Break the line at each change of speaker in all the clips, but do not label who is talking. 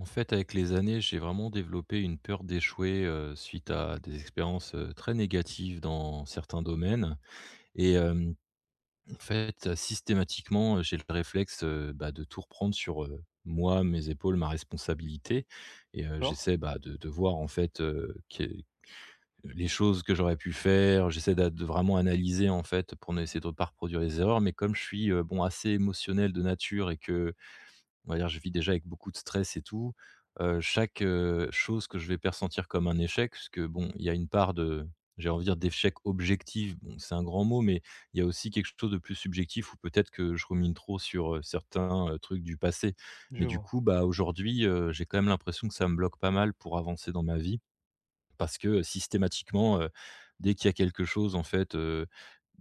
En fait, avec les années, j'ai vraiment développé une peur d'échouer, suite à des expériences, très négatives dans certains domaines et en fait, systématiquement, j'ai le réflexe, bah, de tout reprendre sur, moi, mes épaules, ma responsabilité et
D'accord,
j'essaie, bah, de voir, en fait, qu'est les choses que j'aurais pu faire. J'essaie d'a de vraiment analyser, en fait, pour ne essayer de ne pas reproduire les erreurs, mais comme je suis, bon, assez émotionnel de nature et que, on va dire, je vis déjà avec beaucoup de stress et tout. Chaque chose que je vais pressentir comme un échec, parce que bon, il y a une part de, j'ai envie de dire, d'échec objectif, bon, c'est un grand mot, mais il y a aussi quelque chose de plus subjectif où peut-être que je rumine trop sur certains trucs du passé.
je
Mais du
vois.
coup, bah, aujourd'hui, j'ai quand même l'impression que ça me bloque pas mal pour avancer dans ma vie, parce que, systématiquement, dès qu'il y a quelque chose, en fait,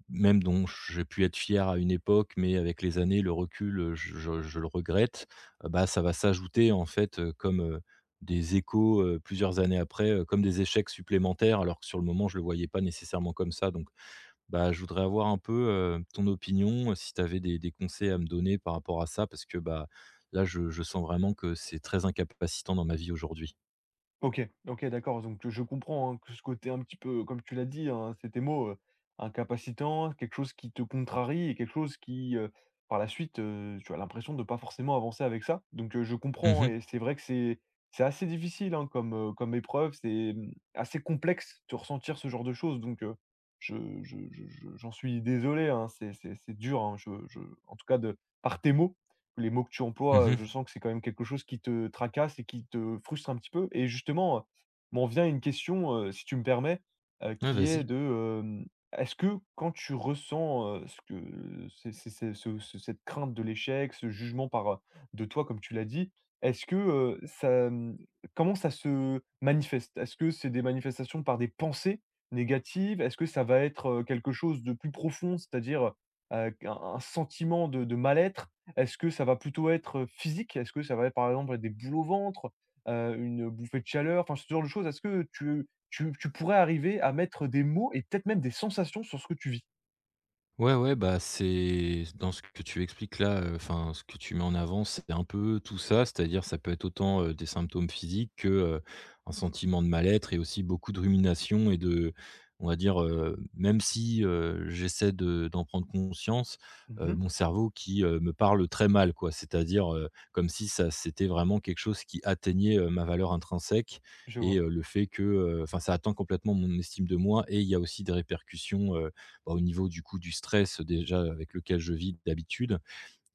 même dont j'ai pu être fier à une époque, mais avec les années, le recul, je le regrette, bah, ça va s'ajouter, en fait, comme, des échos, plusieurs années après, comme des échecs supplémentaires, alors que sur le moment, je ne le voyais pas nécessairement comme ça, donc bah, je voudrais avoir un peu, ton opinion, si tu avais des conseils à me donner par rapport à ça, parce que, bah, là, je sens vraiment que c'est très incapacitant dans ma vie aujourd'hui.
OK, OK, d'accord, donc je comprends, hein, que ce côté un petit peu, comme tu l'as dit, hein, c'est tes mots, incapacitant, quelque chose qui te contrarie et quelque chose qui, par la suite, tu as l'impression de ne pas forcément avancer avec ça. Donc je
Mmh
comprends
mh.
et c'est vrai que c'est assez difficile, hein, comme, comme épreuve, c'est, mmh, assez complexe de ressentir ce genre de choses donc je je j'en suis désolé, hein, c'est dur, hein, je en tout cas de par tes mots, les mots que tu emploies,
Mmh.
je sens que c'est quand même quelque chose qui te tracasse et qui te frustre un petit peu et justement, m'en vient une question, si tu me permets,
Ouais,
qui est
vas-y.
de, hem, est-ce que quand tu ressens, ce que c'est ce cette crainte de l'échec, ce jugement par, de toi comme tu l'as dit, est-ce que, ça, mmh, comment ça se manifeste? Est-ce que c'est des manifestations par des pensées négatives? Est-ce que ça va être, quelque chose de plus profond, c'est-à-dire, un un sentiment de mal-être? Est-ce que ça va plutôt être, physique? Est-ce que ça va être, par exemple, des boules au ventre, une bouffée de chaleur, enfin, ce genre de choses? Est-ce que tu pourrais arriver à mettre des mots et peut-être même des sensations sur ce que tu vis?
Ouais, ouais, bah, c'est dans ce que tu expliques là, enfin, ce que tu mets en avant, c'est un peu tout ça, c'est-à-dire ça peut être autant, des symptômes physiques que, un sentiment de mal-être, et aussi beaucoup de rumination et de, on va dire, même si, j'essaie de d'en prendre conscience,
Mmh.
mon cerveau qui, me parle très mal, quoi. C'est-à-dire, comme si ça c'était vraiment quelque chose qui atteignait, ma valeur intrinsèque,
Je
et
vois,
le fait que, enfin, ça atteint complètement mon estime de moi, et il y a aussi des répercussions, bah, au niveau du coup du stress déjà avec lequel je vis d'habitude.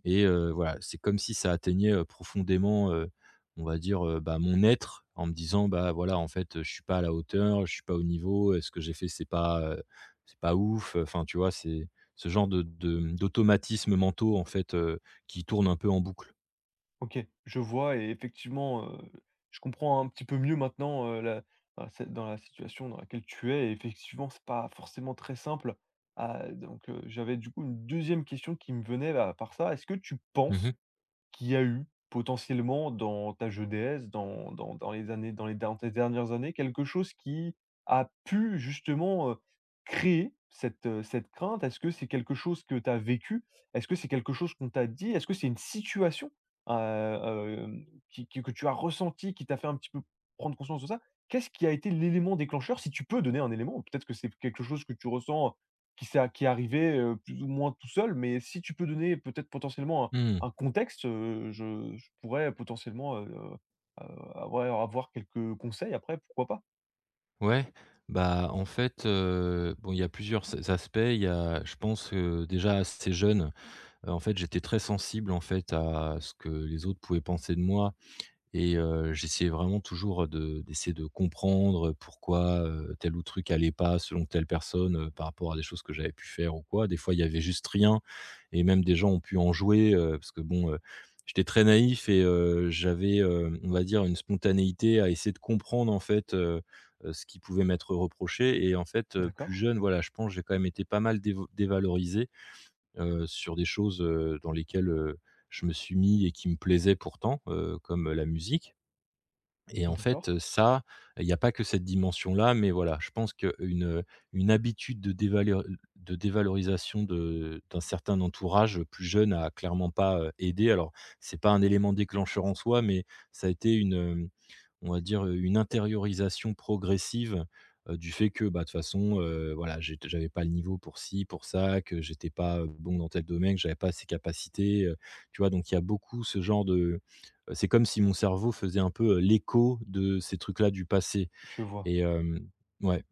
Et voilà, c'est comme si ça atteignait, profondément, on va dire, bah, mon être en me disant: «Bah, voilà, en fait, je suis pas à la hauteur, je suis pas au niveau, ce que j'ai fait, c'est pas ouf». Enfin, tu vois, c'est ce genre de d'automatismes mentaux, en fait, qui tournent un peu en boucle.
OK, je vois et effectivement, je comprends un petit peu mieux maintenant, la dans cette dans la situation dans laquelle tu es et effectivement, c'est pas forcément très simple. Ah, donc j'avais du coup une deuxième question qui me venait, bah, par ça. Est-ce que tu
Mmh
penses
mh.
qu'il y a eu potentiellement dans ta jeunesse, dans dans dans les années dans les dans tes dernières années, quelque chose qui a pu justement, créer cette, cette crainte? Est-ce que c'est quelque chose que tu as vécu? Est-ce que c'est quelque chose qu'on t'a dit? Est-ce que c'est une situation, qui que tu as ressentie, qui t'a fait un petit peu prendre conscience de ça? Qu'est-ce qui a été l'élément déclencheur? Si tu peux donner un élément, peut-être que c'est quelque chose que tu ressens, qui est arrivé, plus ou moins tout seul, mais si tu peux donner peut-être potentiellement
Mmh.
un contexte, je pourrais potentiellement, ouais, avoir quelques conseils après, pourquoi pas?
Ouais, bah, en fait, bon, il y a plusieurs s aspects. Il y a, je pense, déjà assez jeune. En fait, j'étais très sensible, en fait, à ce que les autres pouvaient penser de moi, et j'essayais vraiment toujours de d'essayer de comprendre pourquoi, tel ou truc allait pas selon telle personne, par rapport à des choses que j'avais pu faire ou quoi. Des fois, il y avait juste rien, et même des gens ont pu en jouer, parce que bon, j'étais très naïf, et j'avais, on va dire, une spontanéité à essayer de comprendre, en fait, ce qui pouvait m'être reproché, et en fait, plus
D'accord,
jeune, voilà, je pense que j'ai quand même été pas mal dévo dévalorisé sur des choses, dans lesquelles, je me suis mis et qui me plaisaient pourtant, comme la musique. Et, en
d'accord,
fait, ça, il n'y a pas que cette dimension-là, mais voilà, je pense qu'une, une habitude de dévaleur de dévalorisation de d'un certain entourage plus jeune a clairement pas, aidé. Alors, c'est pas un élément déclencheur en soi, mais ça a été une, on va dire, une intériorisation progressive, du fait que, bah, de toute façon, voilà, j'avais pas le niveau pour ci, pour ça, que j'étais pas bon dans tel domaine, que j'avais pas ces capacités, tu vois? Donc il y a beaucoup ce genre de c'est comme si mon cerveau faisait un peu, l'écho de ces trucs-là du passé,
je vois.
et hem ouais.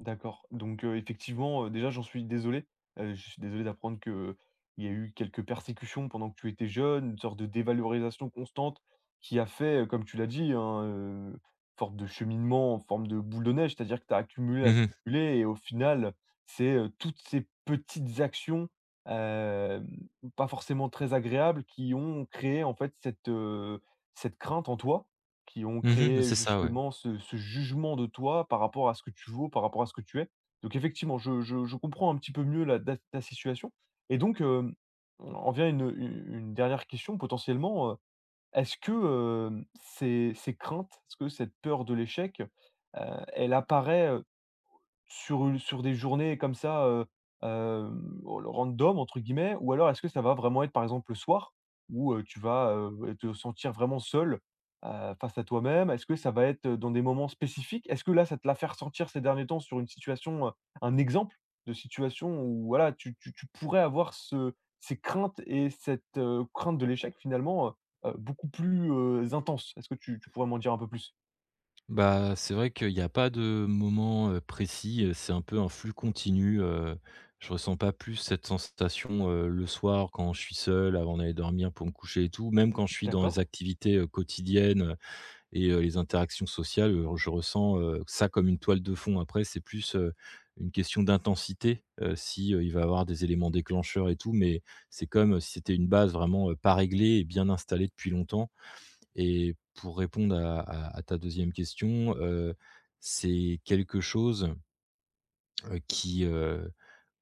D'accord. Donc, effectivement, déjà j'en suis désolé. Je suis désolé d'apprendre que il y a eu quelques persécutions pendant que tu étais jeune, une sorte de dévalorisation constante qui a fait, comme tu l'as dit, hein, forme de cheminement en forme de boule de neige. C'est-à-dire que tu as accumulé,
Mmh mh.
accumulé et au final, c'est, toutes ces petites actions, hem, pas forcément très agréables qui ont créé en fait cette, cette crainte en toi qui ont
Mmh.
créé
C'est ça, ouais.
justement ce jugement de toi par rapport à ce que tu vaux, par rapport à ce que tu es. Donc effectivement, je comprends un petit peu mieux la da ta situation et donc, on en vient à une dernière question potentiellement, est-ce que, ces craintes, est-ce que cette peur de l'échec, elle apparaît, sur des journées comme ça, «random» entre guillemets ou alors est-ce que ça va vraiment être par exemple le soir où, tu vas, te sentir vraiment seul, face à toi-même? Est-ce que ça va être, dans des moments spécifiques? Est-ce que là, ça te l'a fait ressentir ces derniers temps sur une situation, un exemple de situation où voilà, tu pourrais avoir ce ces craintes et cette, crainte de l'échec finalement, beaucoup plus, intense? Est-ce que tu pourrais m'en dire un peu plus?
Bah, c'est vrai qu'il y a pas de moment, précis, c'est un peu un flux continu, je ressens pas plus cette sensation, le soir quand je suis seul avant d'aller dormir pour me coucher et tout. Même quand je suis dans les
D'accord,
activités, quotidiennes, et les interactions sociales, je ressens, ça comme une toile de fond. Après, c'est plus, une question d'intensité, si, il va y avoir des éléments déclencheurs et tout, mais c'est comme si c'était une base vraiment, pas réglée et bien installée depuis longtemps, et pour répondre à ta deuxième question, c'est quelque chose, qui,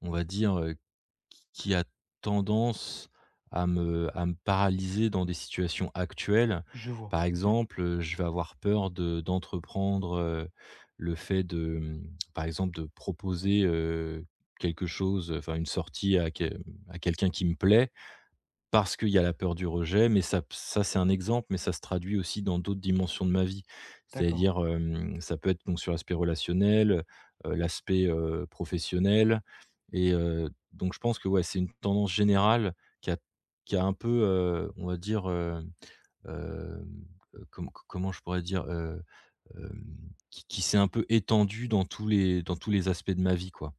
on va dire, qui a tendance à me paralyser dans des situations actuelles.
je vois.
Par
OK,
exemple, je vais avoir peur de d'entreprendre, le fait de, par exemple, de proposer, quelque chose, enfin une sortie à quelqu'un qui me plaît, parce qu'il y a la peur du rejet, mais ça, c'est un exemple, mais ça se traduit aussi dans d'autres dimensions de ma vie.
d'accord.
C'est-à-dire, ça peut être donc sur l'aspect relationnel, l'aspect, professionnel, et donc je pense que, ouais, c'est une tendance générale qui a qui a un peu, on va dire, hem, comment je pourrais dire? Hem, qui s'est un peu étendue dans tous les aspects de ma vie, quoi.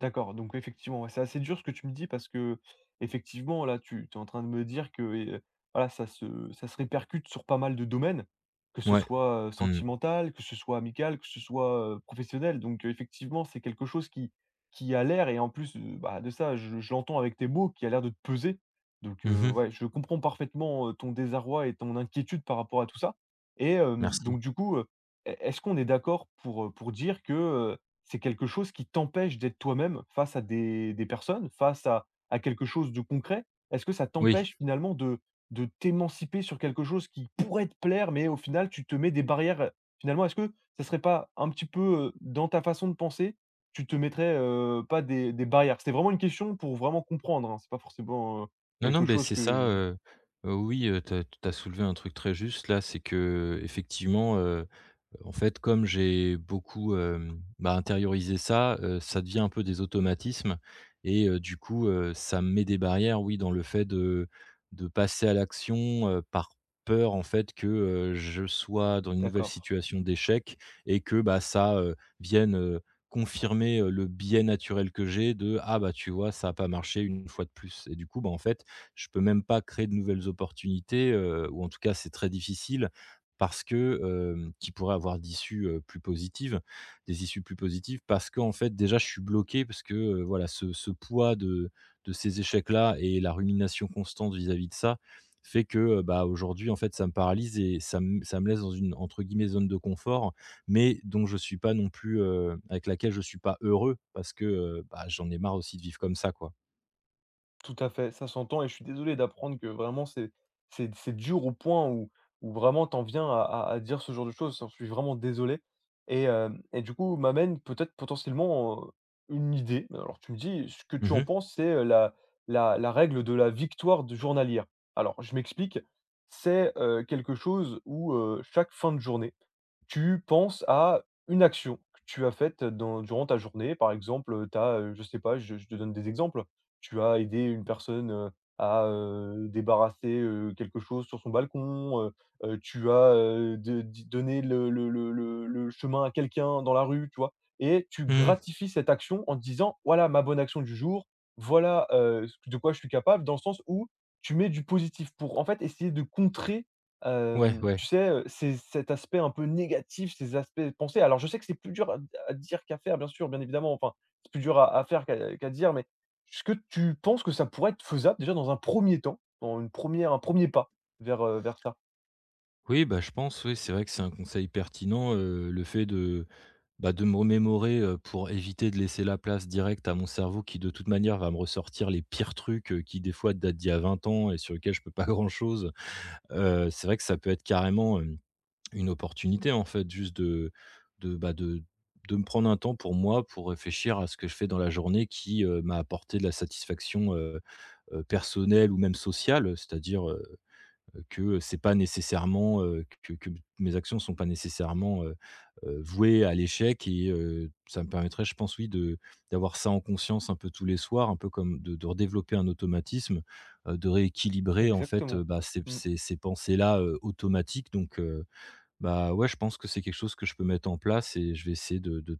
D'accord, donc effectivement, ouais, c'est assez dur ce que tu me dis parce que, effectivement, là, tu es en train de me dire que, voilà, ça se répercute sur pas mal de domaines, que ce
Ouais.
soit,
Mmh.
sentimental, que ce soit amical, que ce soit, professionnel. Donc, effectivement, c'est quelque chose qui a l'air et en plus, bah, de ça, je l'entends avec tes mots, qui a l'air de te peser. Donc,
Mmh.
ouais, je comprends parfaitement, ton désarroi et ton inquiétude par rapport à tout ça. Et
Merci.
donc du coup, est-ce qu'on est d'accord pour dire que, c'est quelque chose qui t'empêche d'être toi-même face à des personnes, face à quelque chose de concret? Est-ce que ça
Oui.
t'empêche finalement de t'émanciper sur quelque chose qui pourrait te plaire, mais au final tu te mets des barrières, heu? Finalement, est-ce que ça serait pas un petit peu, dans ta façon de penser, tu te mettrais, pas des barrières? C'était vraiment une question pour vraiment comprendre, hein, c'est pas forcément,
Non, non,
quelque
ben
chose
c'est
que
ça,
je-
oui, tu as soulevé un truc très juste là, c'est que effectivement, en fait, comme j'ai beaucoup, bah, intériorisé ça, ça devient un peu des automatismes, et du coup, ça me met des barrières, oui, dans le fait de passer à l'action, par peur, en fait, que, je sois dans une nouvelle
d'accord.
situation d'échec, et que, bah, ça, vienne, confirmer, le biais naturel que j'ai de: «Ah, bah, tu vois, ça a pas marché une fois de plus», et du coup, bah, en fait, je peux même pas créer de nouvelles opportunités, ou en tout cas, c'est très difficile parce que, qui pourrait avoir d'issues, plus positives des issues plus positives parce qu'en fait, déjà, je suis bloqué parce que, voilà, ce poids de ces échecs-là et la rumination constante vis-à-vis de ça fait que, bah, aujourd'hui, en fait, ça me paralyse et ça me laisse dans une, entre guillemets, «zone de confort», mais dont je suis pas non plus, avec laquelle je suis pas heureux, parce que, bah, j'en ai marre aussi de vivre comme ça, quoi.
Tout à fait, ça s'entend et je suis désolé d'apprendre que vraiment c'est dur au point où vraiment t'en viens à dire ce genre de choses. J'en suis vraiment désolé et hem et du coup m'amène peut-être potentiellement, une idée. Alors tu me dis ce que tu
Mmh
en
mh.
penses, c'est, la règle de la victoire de journalière. Alors je m'explique, c'est, quelque chose où, chaque fin de journée tu penses à une action que tu as faite dans durant ta journée. Par exemple, tu as, je sais pas, je te donne des exemples. Tu as aidé une personne, à, débarrasser, quelque chose sur son balcon, tu as, de di donné le chemin à quelqu'un dans la rue, tu vois? Et tu
Mmh.
gratifies cette action en te disant: «Voilà ma bonne action du jour, voilà, ce de quoi je suis capable». Dans le sens où tu mets du positif pour, en fait, essayer de contrer.
Ouais, ouais.
Tu sais, c'est cet aspect un peu négatif, ces aspects pensés. Alors je sais que c'est plus dur à dire qu'à faire bien sûr, bien évidemment, enfin, c'est plus dur à faire qu'à dire, mais est-ce que tu penses que ça pourrait être faisable déjà dans un premier temps, dans une première, un premier pas vers, vers ça?
Oui, bah, je pense oui, c'est vrai que c'est un conseil pertinent, le fait de bah, de me remémorer, pour éviter de laisser la place directe à mon cerveau qui, de toute manière, va me ressortir les pires trucs, qui, des fois, datent d'il y a 20 ans, et sur lesquels je peux pas grand-chose. C'est vrai que ça peut être carrément, une opportunité, en fait, juste bah, de me prendre un temps pour moi, pour réfléchir à ce que je fais dans la journée qui, m'a apporté de la satisfaction, personnelle ou même sociale, c'est-à-dire, que c'est pas nécessairement, que mes actions sont pas nécessairement, vouées à l'échec, et ça me permettrait, je pense, oui, de d'avoir ça en conscience un peu tous les soirs, un peu comme de redévelopper un automatisme, de rééquilibrer en fait,
Exactement.
bah, ces
Mmh.
ces ces pensées-là, automatiques, donc bah, ouais, je pense que c'est quelque chose que je peux mettre en place, et je vais essayer de,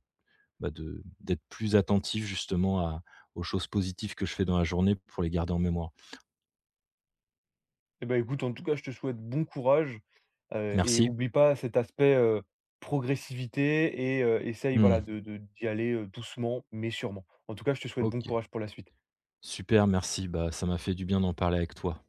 bah, de d'être plus attentif justement à aux choses positives que je fais dans la journée pour les garder en mémoire.
Et bah, écoute, en tout cas, je te souhaite bon courage, et
Merci.
oublie pas cet aspect, progressivité et essaye
Mmh.
voilà de d'y aller, doucement mais sûrement. En tout cas, je te souhaite bon
OK.
courage pour la suite.
Super, merci. Bah, ça m'a fait du bien d'en parler avec toi.